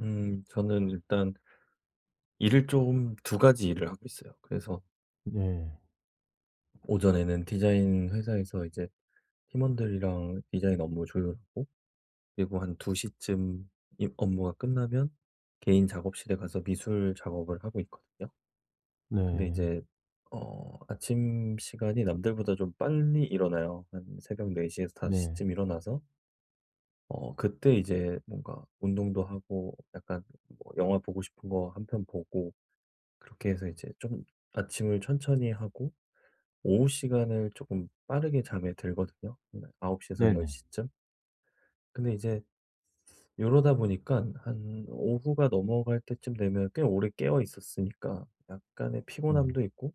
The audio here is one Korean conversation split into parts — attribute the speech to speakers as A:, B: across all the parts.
A: 저는 일단 일을 좀 두 가지 일을 하고 있어요. 그래서
B: 네.
A: 오전에는 디자인 회사에서 이제 팀원들이랑 디자인 업무 조율하고, 그리고 한 2 시쯤 이 업무가 끝나면 개인 작업실에 가서 미술 작업을 하고 있거든요. 근데
B: 네.
A: 이제 아침 시간이 남들보다 좀 빨리 일어나요. 한 새벽 4 시에서 5
B: 네.
A: 시쯤 일어나서 그때 이제 뭔가 운동도 하고, 약간 뭐 영화 보고 싶은 거 한 편 보고, 그렇게 해서 이제 좀 아침을 천천히 하고 오후 시간을 조금 빠르게 잠에 들거든요. 아, 9시에서
B: 네네.
A: 10시쯤. 근데 이제 이러다 보니까 한 오후가 넘어갈 때쯤 되면 꽤 오래 깨어 있었으니까 약간의
B: 네.
A: 피곤함도 있고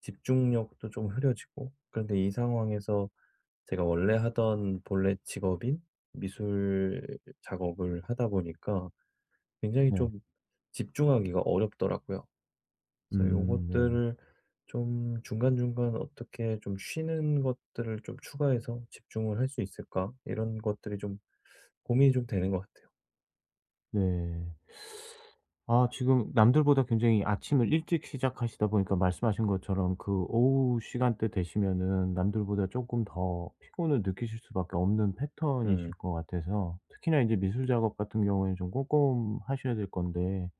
A: 집중력도 좀 흐려지고, 그런데 이 상황에서 제가 원래 하던 본래 직업인 미술 작업을 하다 보니까 굉장히
B: 네.
A: 좀 집중하기가 어렵더라고요. 그래서
B: 네.
A: 요것들을 좀 중간중간 어떻게 좀 쉬는 것들을 좀 추가해서 집중을 할 수 있을까? 이런 것들이 좀 고민이 좀 되는 것 같아요.
B: 네. 아 지금 남들보다 굉장히 아침을 일찍 시작하시다 보니까 말씀하신 것처럼 그 오후 시간대 되시면은 남들보다 조금 더 피곤을 느끼실 수밖에 없는 패턴이실
A: 음.
B: 것 같아서 특히나 이제 미술 작업 같은 경우에는 좀 꼼꼼하셔야 될 건데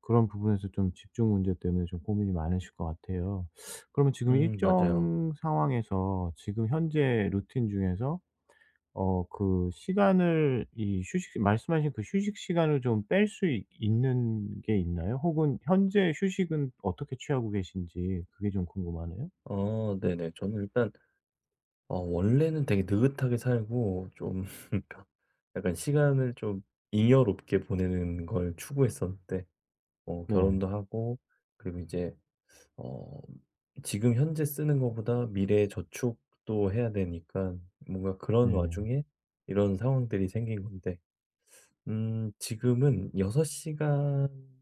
B: 그런 부분에서 좀 집중 문제 때문에 좀 고민이 많으실 것 같아요. 그러면 지금
A: 맞아요.
B: 일정 상황에서 지금 현재 루틴 중에서 그 시간을 이 휴식 말씀하신 그 휴식 시간을 좀 뺄 수 있는 게 있나요? 혹은 현재 휴식은 어떻게 취하고 계신지 그게 좀 궁금하네요.
A: 어, 네네. 저는 일단 원래는 되게 느긋하게 살고 좀 약간 시간을 좀 잉여롭게 보내는 걸 추구했었는데,
B: 네.
A: 결혼도 하고, 그리고 이제 어 지금 현재 쓰는 것보다 미래에 저축도 해야 되니까, 뭔가 그런
B: 네.
A: 와중에 이런 상황들이 생긴 건데 지금은 6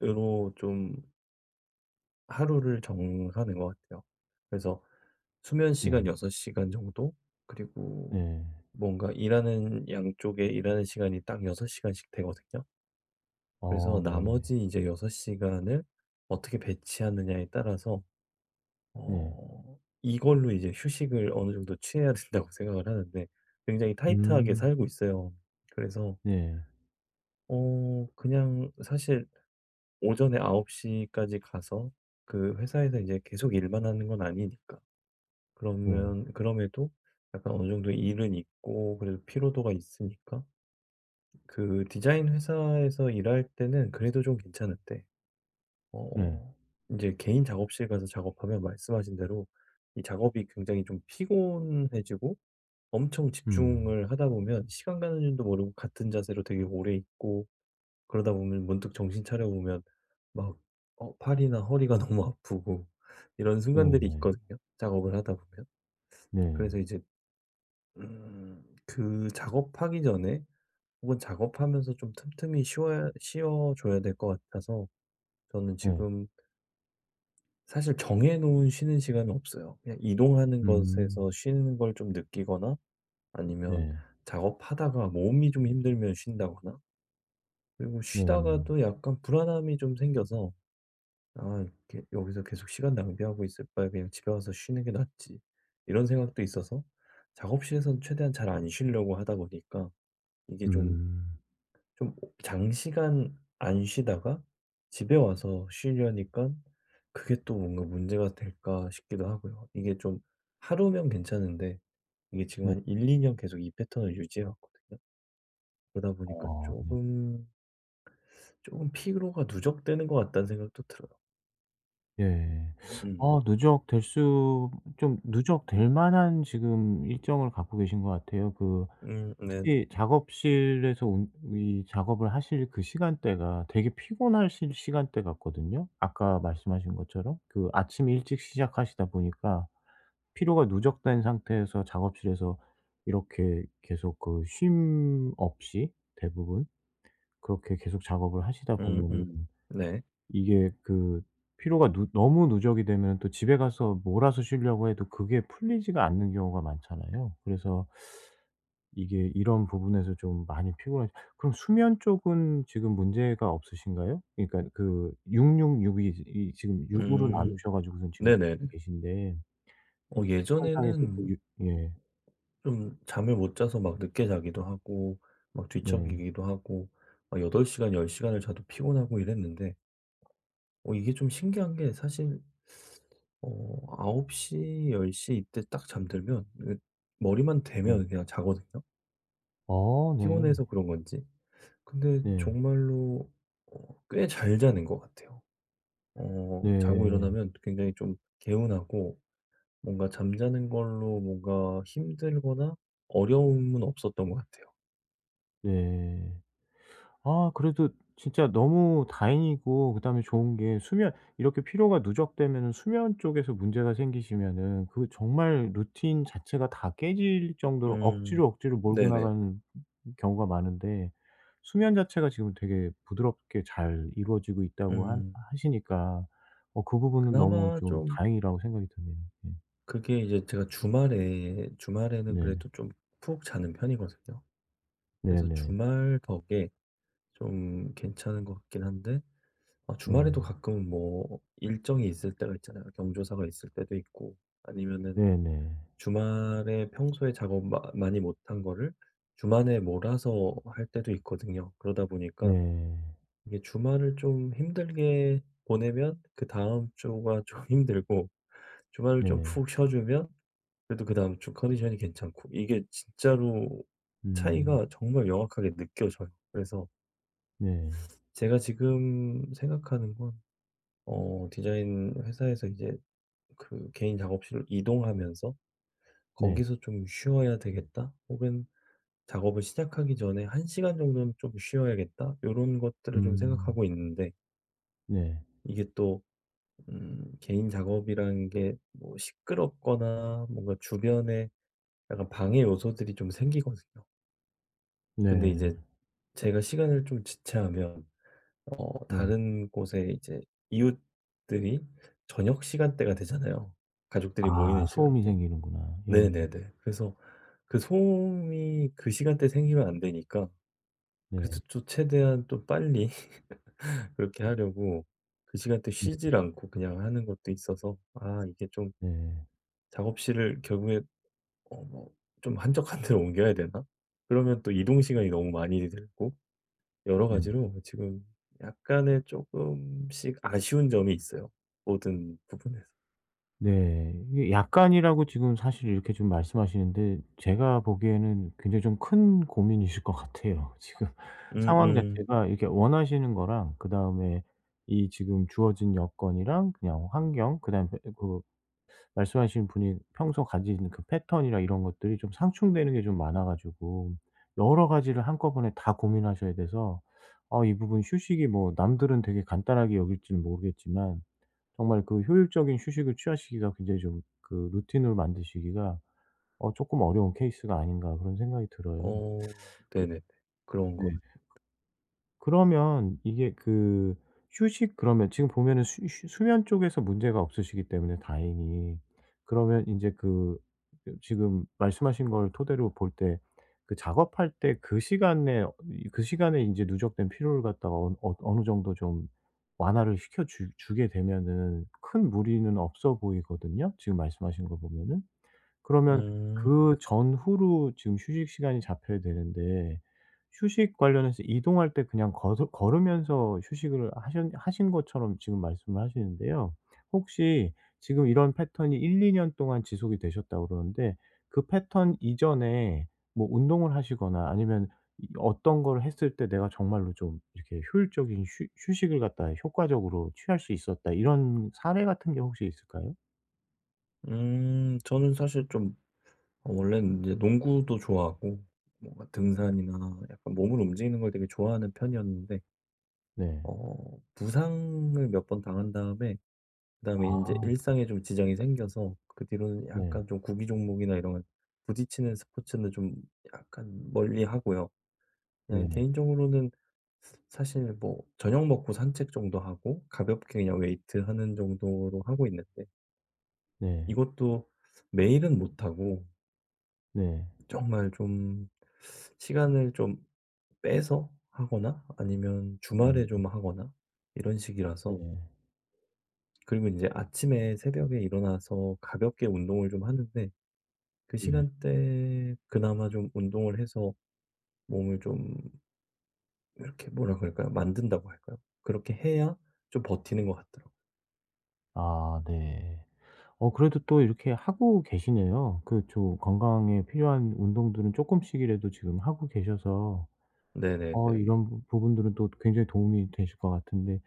A: 시간으로 좀 하루를 정하는 것 같아요. 그래서 수면 시간
B: 네.
A: 6 시간 정도, 그리고
B: 네.
A: 뭔가 일하는, 양쪽에 일하는 시간이 딱 6 시간씩 되거든요.
B: 어
A: 그래서
B: 네.
A: 나머지 이제 6 시간을 어떻게 배치하느냐에 따라서
B: 네.
A: 이걸로 이제 휴식을 어느 정도 취해야 된다고 생각을 하는데, 굉장히 타이트하게
B: 음
A: 살고 있어요. 그래서
B: 네.
A: 그냥 사실 오전에 9홉시 까지 가서, 그 회사에서 이제 계속 일만 하는 건 아니니까,
B: 네.
A: 그러면 그럼에도 약간 어느 정도 일은 있고 그래도 피로도가 있으니까 그 디자인 회사에서 일할 때는 그래도 좀 괜찮은데,
B: 네.
A: 어 이제 개인 작업실 가서 작업하면 말씀하신 대로 이 작업이 굉장히 좀 피곤해지고, 엄청
B: 음.
A: 집중을 하다 보면 시간 가는 줄도 모르고 같은 자세로 되게 오래 있고, 그러다 보면 문득 정신 차려 보면 막 팔이나 허리가 너무 아프고, 이런 순간들이
B: 네네.
A: 있거든요, 작업을 하다 보면.
B: 네. 네.
A: 그래서 이제 그 작업하기 전에 혹은 작업하면서 좀 틈틈이 쉬어 쉬어 줘야 될 것 같아서, 저는
B: 네.
A: 지금 사실 정해 놓은 쉬는 시간은 없어요. 그냥 이동하는
B: 음.
A: 것에서 쉬는 걸 좀 느끼거나, 아니면
B: 네.
A: 작업하다가 몸이 좀 힘들면 쉰다거나, 그리고
B: 네네.
A: 쉬다가도 약간 불안함이 좀 생겨서 "아, 이렇게 여기서 계속 시간 낭비하고 있을 바에 그냥 집에 와서 쉬는 게 낫지." 이런 생각도 있어서 작업실에서는 최대한 잘 안 쉬려고 하다 보니까, 이게 좀
B: 음.
A: 좀 장시간 안 쉬다가 집에 와서 쉬려니까 그게 또 뭔가 문제가 될까 싶기도 하고요. 이게 좀 하루면 괜찮은데, 이게 지금
B: 네.
A: 한 1~2년 계속 이 패턴을 유지해 왔거든요. 그러다 보니까
B: 어.
A: 조금 "피로가 누적되는 것 같다."는 생각도 들어요.
B: 예.
A: 음.
B: 아 누적될 수 좀 누적될 만한 지금 일정을 갖고 계신 것 같아요. 그
A: 음, 네.
B: 특히 작업실에서 운 이 작업을 하실 그 시간대가 되게 피곤하실 시간대 같거든요. 아까 말씀하신 것처럼 그 아침 일찍 시작하시다 보니까 피로가 누적된 상태에서 작업실에서 이렇게 계속 그 쉼 없이 대부분 그렇게 계속 작업을 하시다
A: 음,
B: 보면은
A: 네.
B: 이게 그 피로가 누 너무 누적이 되면 또 집에 가서 몰아서 쉬려고 해도 그게 풀리지가 않는 경우가 많잖아요. 그래서 이게 이런 부분에서 좀 많이 피곤하. 그럼 수면 쪽은 지금 문제가 없으신가요? 그러니까 그 666 이 지금 6 으로
A: 음.
B: 나누셔 가지고선 지금 하시고
A: 네네네.
B: 계신데 이 패턴상에서 그
A: 예전에는
B: 육. 예.
A: 좀 잠을 못 자서 막 늦게 자기도 하고 막
B: 네.
A: 뒤척이기도 하고 막 8시간, 10시간을 자도 피곤하고 이랬는데, 이게 좀 신기한 게, 사실 어9홉시1 0 이때 딱 잠들면 그, 머리만
B: 네.
A: 대면 그냥 자거든요.
B: 어 네.
A: 피곤해서 그런 건지. 근데
B: 네.
A: 정말로 꽤 잘 자는 것 같아요. 자고
B: 네.
A: 일어나면 굉장히 좀 개운하고, 뭔가 잠자는 걸로 뭔가 힘들거나 어려움은 없었던 것 같아요.
B: 네. 아 그래도 진짜 너무 다행이고 그다음에 좋은 게 수면 이렇게 피로가 누적되면은 수면 쪽에서 문제가 생기시면은 그 정말 루틴 자체가 다 깨질 정도로
A: 음.
B: 억지로, 억지로 몰고
A: 네네.
B: 나가는 경우가 많은데 수면 자체가 지금 되게 부드럽게 잘 이루어지고 있다고 하,
A: 음.
B: 하시니까 어 그 부분은 너무
A: 그나마
B: 좀
A: 좀
B: 다행이라고 생각이 드네요. 예.
A: 그게 이제, 제가 주말에는
B: 네.
A: 그래도 좀 푹 자는 편이거든요. 그래서
B: 네네.
A: 주말 덕에 좀 괜찮은 것 같긴 한데, 아,
B: 네.
A: 주말에도 가끔 뭐 일정이 있을 때가 있잖아요. 경조사가 있을 때도 있고, 아니면은
B: 네네.
A: 주말에 평소에 작업 마 많이 못한 거를 주말에 몰아서 할 때도 있거든요. 그러다 보니까
B: 네.
A: 이게 주말을 좀 힘들게 보내면 그다음 주가 좀 힘들고, 주말을
B: 네. 네,
A: 좀
B: 네,
A: 푹 쉬어 주면 그래도 그다음 주 컨디션이 괜찮고, 이게 진짜로
B: 음.
A: 차이가 정말 명확하게 느껴져요. 그래서
B: 네.
A: 제가 지금 생각하는 건, 디자인 회사에서 이제 그 개인 작업실로 이동하면서
B: 네.
A: "거기서 좀 쉬어야 되겠다." 혹은 "작업을 시작하기 전에 한 시간 정도는 좀 쉬어야겠다." 요런 것들을 좀
B: 음.
A: 생각하고 있는데,
B: 네.
A: 이게 또 개인 작업이라는 게 뭐 시끄럽거나 뭔가 주변에 약간 방해 요소들이 좀 생기거든요. 근데
B: 네.
A: 이제 제가 시간을 좀 지체하면
B: 네.
A: 다른 곳에 이제 이웃들이, 저녁 시간대가 되잖아요. 가족들이
B: 아
A: 모이는
B: 소음이
A: 시간대.
B: 생기는구나. 예예.
A: 네네네. 그래서 그 소음이 그 시간대 생기면 안 되니까,
B: 네.
A: 그래서 또 최대한 또 빨리 그렇게 하려고 그 시간대
B: 네.
A: 쉬질 않고 그냥 하는 것도 있어서, 아 이게 좀
B: 네.
A: 작업실을 결국에 뭐 좀 한적한 데로 옮겨야 되나? 그러면 또 이동 시간이 너무 많이 들고, 여러
B: 네.
A: 가지로 지금 약간의 조금씩 아쉬운 점이 있어요, 모든 부분에서.
B: 네. 이게 약간이라고 지금 사실 이렇게 좀 말씀하시는데 제가 보기에는 굉장히 좀 큰 고민이실 것 같아요. 지금 상황
A: 음음.
B: 자체가 이렇게 원하시는 거랑 그다음에 이 지금 주어진 여건이랑 그냥 환경 그다음에 그 말씀하신 분이 평소 가지는 그 패턴이나 이런 것들이 좀 상충되는 게 좀 많아 가지고 여러 가지를 한꺼번에 다 고민하셔야 돼서 아 이 부분 휴식이 뭐 남들은 되게 간단하게 여길지는 모르겠지만 정말 그 효율적인 휴식을 취하시기가 굉장히 좀 그 루틴으로 만드시기가 어 쪼끔 어려운 케이스가 아닌가 그런 생각이 들어요.
A: 어,
B: 그
A: 네네네. 그런
B: 네.
A: 거같
B: 그러면 이게 그 휴식 그러면 지금 보면은 수 쉬 수면 쪽에서 문제가 없으시기 때문에 다행히 그러면 인제 그 그 지금 말씀하신 걸 토대로 볼 때 그 작업할 때 그 시간에 어 이 그 시간에 인제 누적된 피로를 갖다가 어느 정도 좀 완화를 시켜 주 주게 되면은 큰 무리는 없어 보이거든요, 지금 말씀하신 거 보면은. 그러면
A: 음.
B: 그 전후로 지금 휴식 시간이 잡혀야 되는데 휴식 관련해서 이동할 때 그냥 걸으면서 휴식을 하셨 하신 것처럼 지금 말씀을 하시는데요. 혹시 지금 이런 패턴이 1-2년 동안 지속이 되셨다고 그러는데 그 패턴 이전에 뭐 운동을 하시거나 아니면 이 어떤 걸 했을 때 '내가 정말로 좀 이렇게 효율적인 휴 휴식을 갖다 효과적으로 취할 수 있었다.' 이런 사례 같은 게 혹시 있을까요?
A: 저는 사실 좀 원래는 이제 농구도 좋아하고, 뭔가 등산이나 약간 몸을 움직이는 걸 되게 좋아하는 편이었는데,
B: 네.
A: 부상을 몇 번 당한 다음에 그다음에 이제
B: 아.
A: 일상에 좀 지장이 생겨서 그 뒤로는
B: 네.
A: 약간 좀 구기 종목이나 이런 건, 부딪히는 스포츠는 좀 약간 멀리하고요. 그냥
B: 네.
A: 개인적으로는 사실 뭐 저녁 먹고 산책 정도 하고 가볍게 그냥 웨이트하는 정도로 하고 있는데,
B: 네.
A: 이것도 매일은 못 하고
B: 네.
A: 정말 좀 시간을 좀 빼서 하거나 아니면 주말에
B: 음.
A: 좀 하거나 이런
B: 네.
A: 식이라서. 그리고 이제 아침에, 새벽에 일어나서 가볍게 운동을 좀 하는데 그
B: 네.
A: 시간대에 그나마 좀 운동을 해서 몸을 좀 이렇게, 뭐라 그럴까요? 만든다고 할까요? 그렇게 해야 좀 버티는 것 같더라고요.
B: 아 네. 어 그래도 또 이렇게 하고 계시네요. 그 조 건강에 필요한 운동들은 쪼끔씩이라도 지금 하고 계셔서 어
A: 네네네.
B: 이런 부 부분들은 또 굉장히 도움이 되실 것 같은데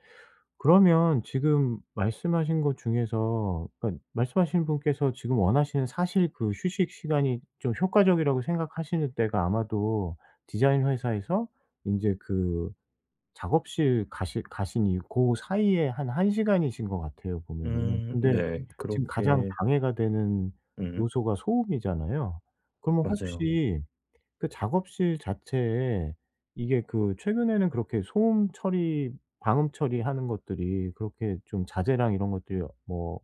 B: 그러면 지금 말씀하신 것 중에서 그러니까 말씀하신 분께서 지금 원하시는 사실 그 휴식 시간이 좀 효과적이라고 생각하시는 때가 아마도 디자인 회사에서 인제 그 작업실 가시 가신 이유 그 사이에 한 1 시간이신 것 같아요 보면은.
A: 음,
B: 근데
A: 네.
B: 지금 가장
A: 그렇게
B: 방해가 되는
A: 음,
B: 요소가 소음이잖아요. 그러면
A: 맞아요.
B: 혹시 그 작업실 자체에 이게 그 최근에는 그렇게 소음 처리 방음 처리하는 것들이 그렇게 좀 자재랑 이런 것들이 뭐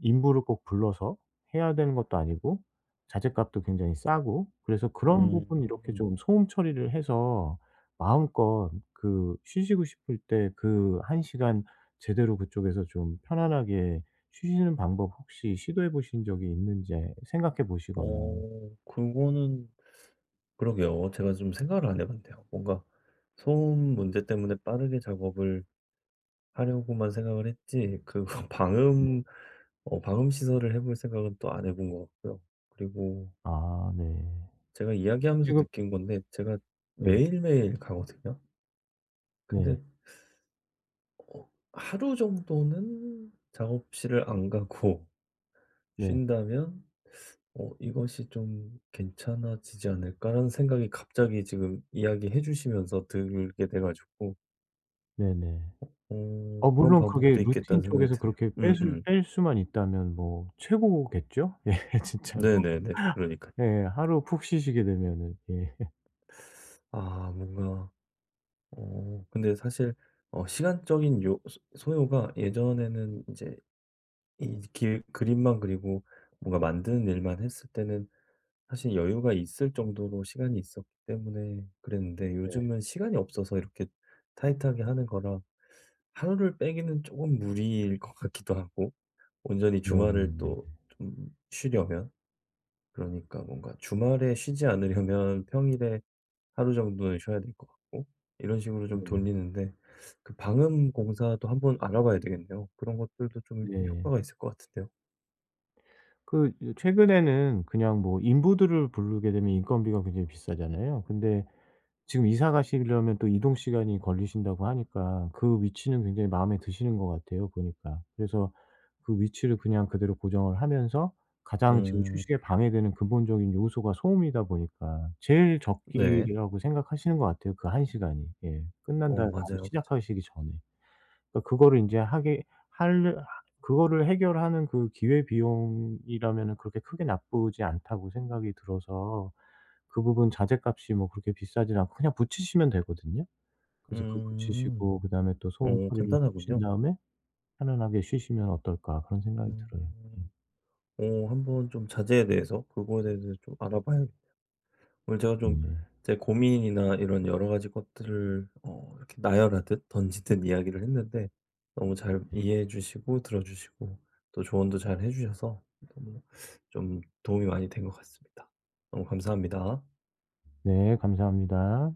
B: 인부를 꼭 불러서 해야 되는 것도 아니고 자재값도 굉장히 싸고 그래서 그런
A: 음.
B: 부분 이렇게 좀 소음 처리를 해서 마음껏 그 쉬시고 싶을 때 그 한 시간 제대로 그쪽에서 좀 편안하게 쉬시는 방법 혹시 시도해 보신 적이 있는지 생각해 보시거나.
A: 그거는 그러게요. 제가 좀 생각을 안 해 봤네요. 뭔가 소음 문제 때문에 빠르게 작업을 하려고만 생각을 했지 그거
B: 네.
A: 방음, 방음 시설을 해볼 생각은 또 안 해본 것 같고요. 그리고
B: 아 네.
A: 제가 이야기하면서
B: 지금
A: 느낀 건데, 제가
B: 네.
A: 매일매일 가거든요.
B: 네.
A: 근데 하루 정도는 작업실을 안 가고
B: 네.
A: 쉰다면, "이것이 좀 괜찮아지지 않을까?"라는 생각이 갑자기 지금 이야기해 주시면서 들게 돼 가지고,
B: 네네. 어
A: "그런
B: 물론 그게
A: 방법도
B: 루틴
A: 있겠다."는 생각이
B: 쪽에서
A: 드네요.
B: 그렇게 뺄 수
A: 음음.
B: 뺄 수만 있다면 뭐 최고겠죠? 예 진짜로.
A: 네네네. 그러니까요.
B: 예. 하루 푹 쉬시게 되면은 예.
A: 아 뭔가 근데 사실 시간적인 요 소 소요가 예전에는 이제 이 길 그림만 그리고, 뭔가 만드는 일만 했을 때는 사실 여유가 있을 정도로 시간이 있었기 때문에 그랬는데,
B: 네.
A: 요즘은 시간이 없어서 이렇게 타이트하게 하는 거라 하루를 빼기는 조금 무리일 것 같기도 하고, 온전히 주말을
B: 네네네. 네.
A: 또 좀 쉬려면, 그러니까 뭔가 주말에 쉬지 않으려면 평일에 하루 정도는 쉬어야 될 것 같고, 이런 식으로 좀
B: 네.
A: 돌리는데. 그 방음 공사도 한번 알아봐야 되겠네요. 그런 것들도 좀
B: 네. 네.
A: 효과가 있을 것 같은데요.
B: 그 요 최근에는 그냥 뭐 인부들을 부르게 되면 인건비가 굉장히 비싸잖아요. 근데 지금 이사 가시려면 또 이동 시간이 걸리신다고 하니까 그 위치는 굉장히 마음에 드시는 것 같아요 보니까. 그래서 그 위치를 그냥 그대로 고정을 하면서 가장 지금
A: 음.
B: 휴식에 방해되는 근본적인 요소가 소음이다 보니까 제일
A: 네.
B: 적기라고 생각하시는 것 같아요 그 한 시간이. 예. 끝난 다음에
A: 맞아요,
B: 바로
A: 맞아요.
B: 시작하시기 전에. 그러니까 그거를 인제 하게 할 그거를 해결하는 그 기회 비용이라면은 그렇게 크게 나쁘지 않다고 생각이 들어서 그 부분 자재값이 뭐 그렇게 비싸지 않고 그냥 붙이시면 되거든요. 그래서 그거
A: 음.
B: 붙이시고 그다음에 또 소음 처리를 해 주신
A: 간단하군요.
B: 다음에 '편안하게 쉬시면 어떨까.' 그런 생각이 들어요. 음.
A: 음. 한번 좀 자제에 대해서, 그거에 대해서 좀 알아봐야겠다. 오늘 제가 좀
B: 네네.
A: 제 고민이나 이런 여러 가지 것들을 이렇게 나열하듯 던지듯 이야기를 했는데, 너무 잘 이해해 주시고 들어 주시고, 또 조언도 잘 해 주셔서 너무 좀 도움이 많이 된 것 같습니다. 너무 감사합니다.
B: 네 감사합니다.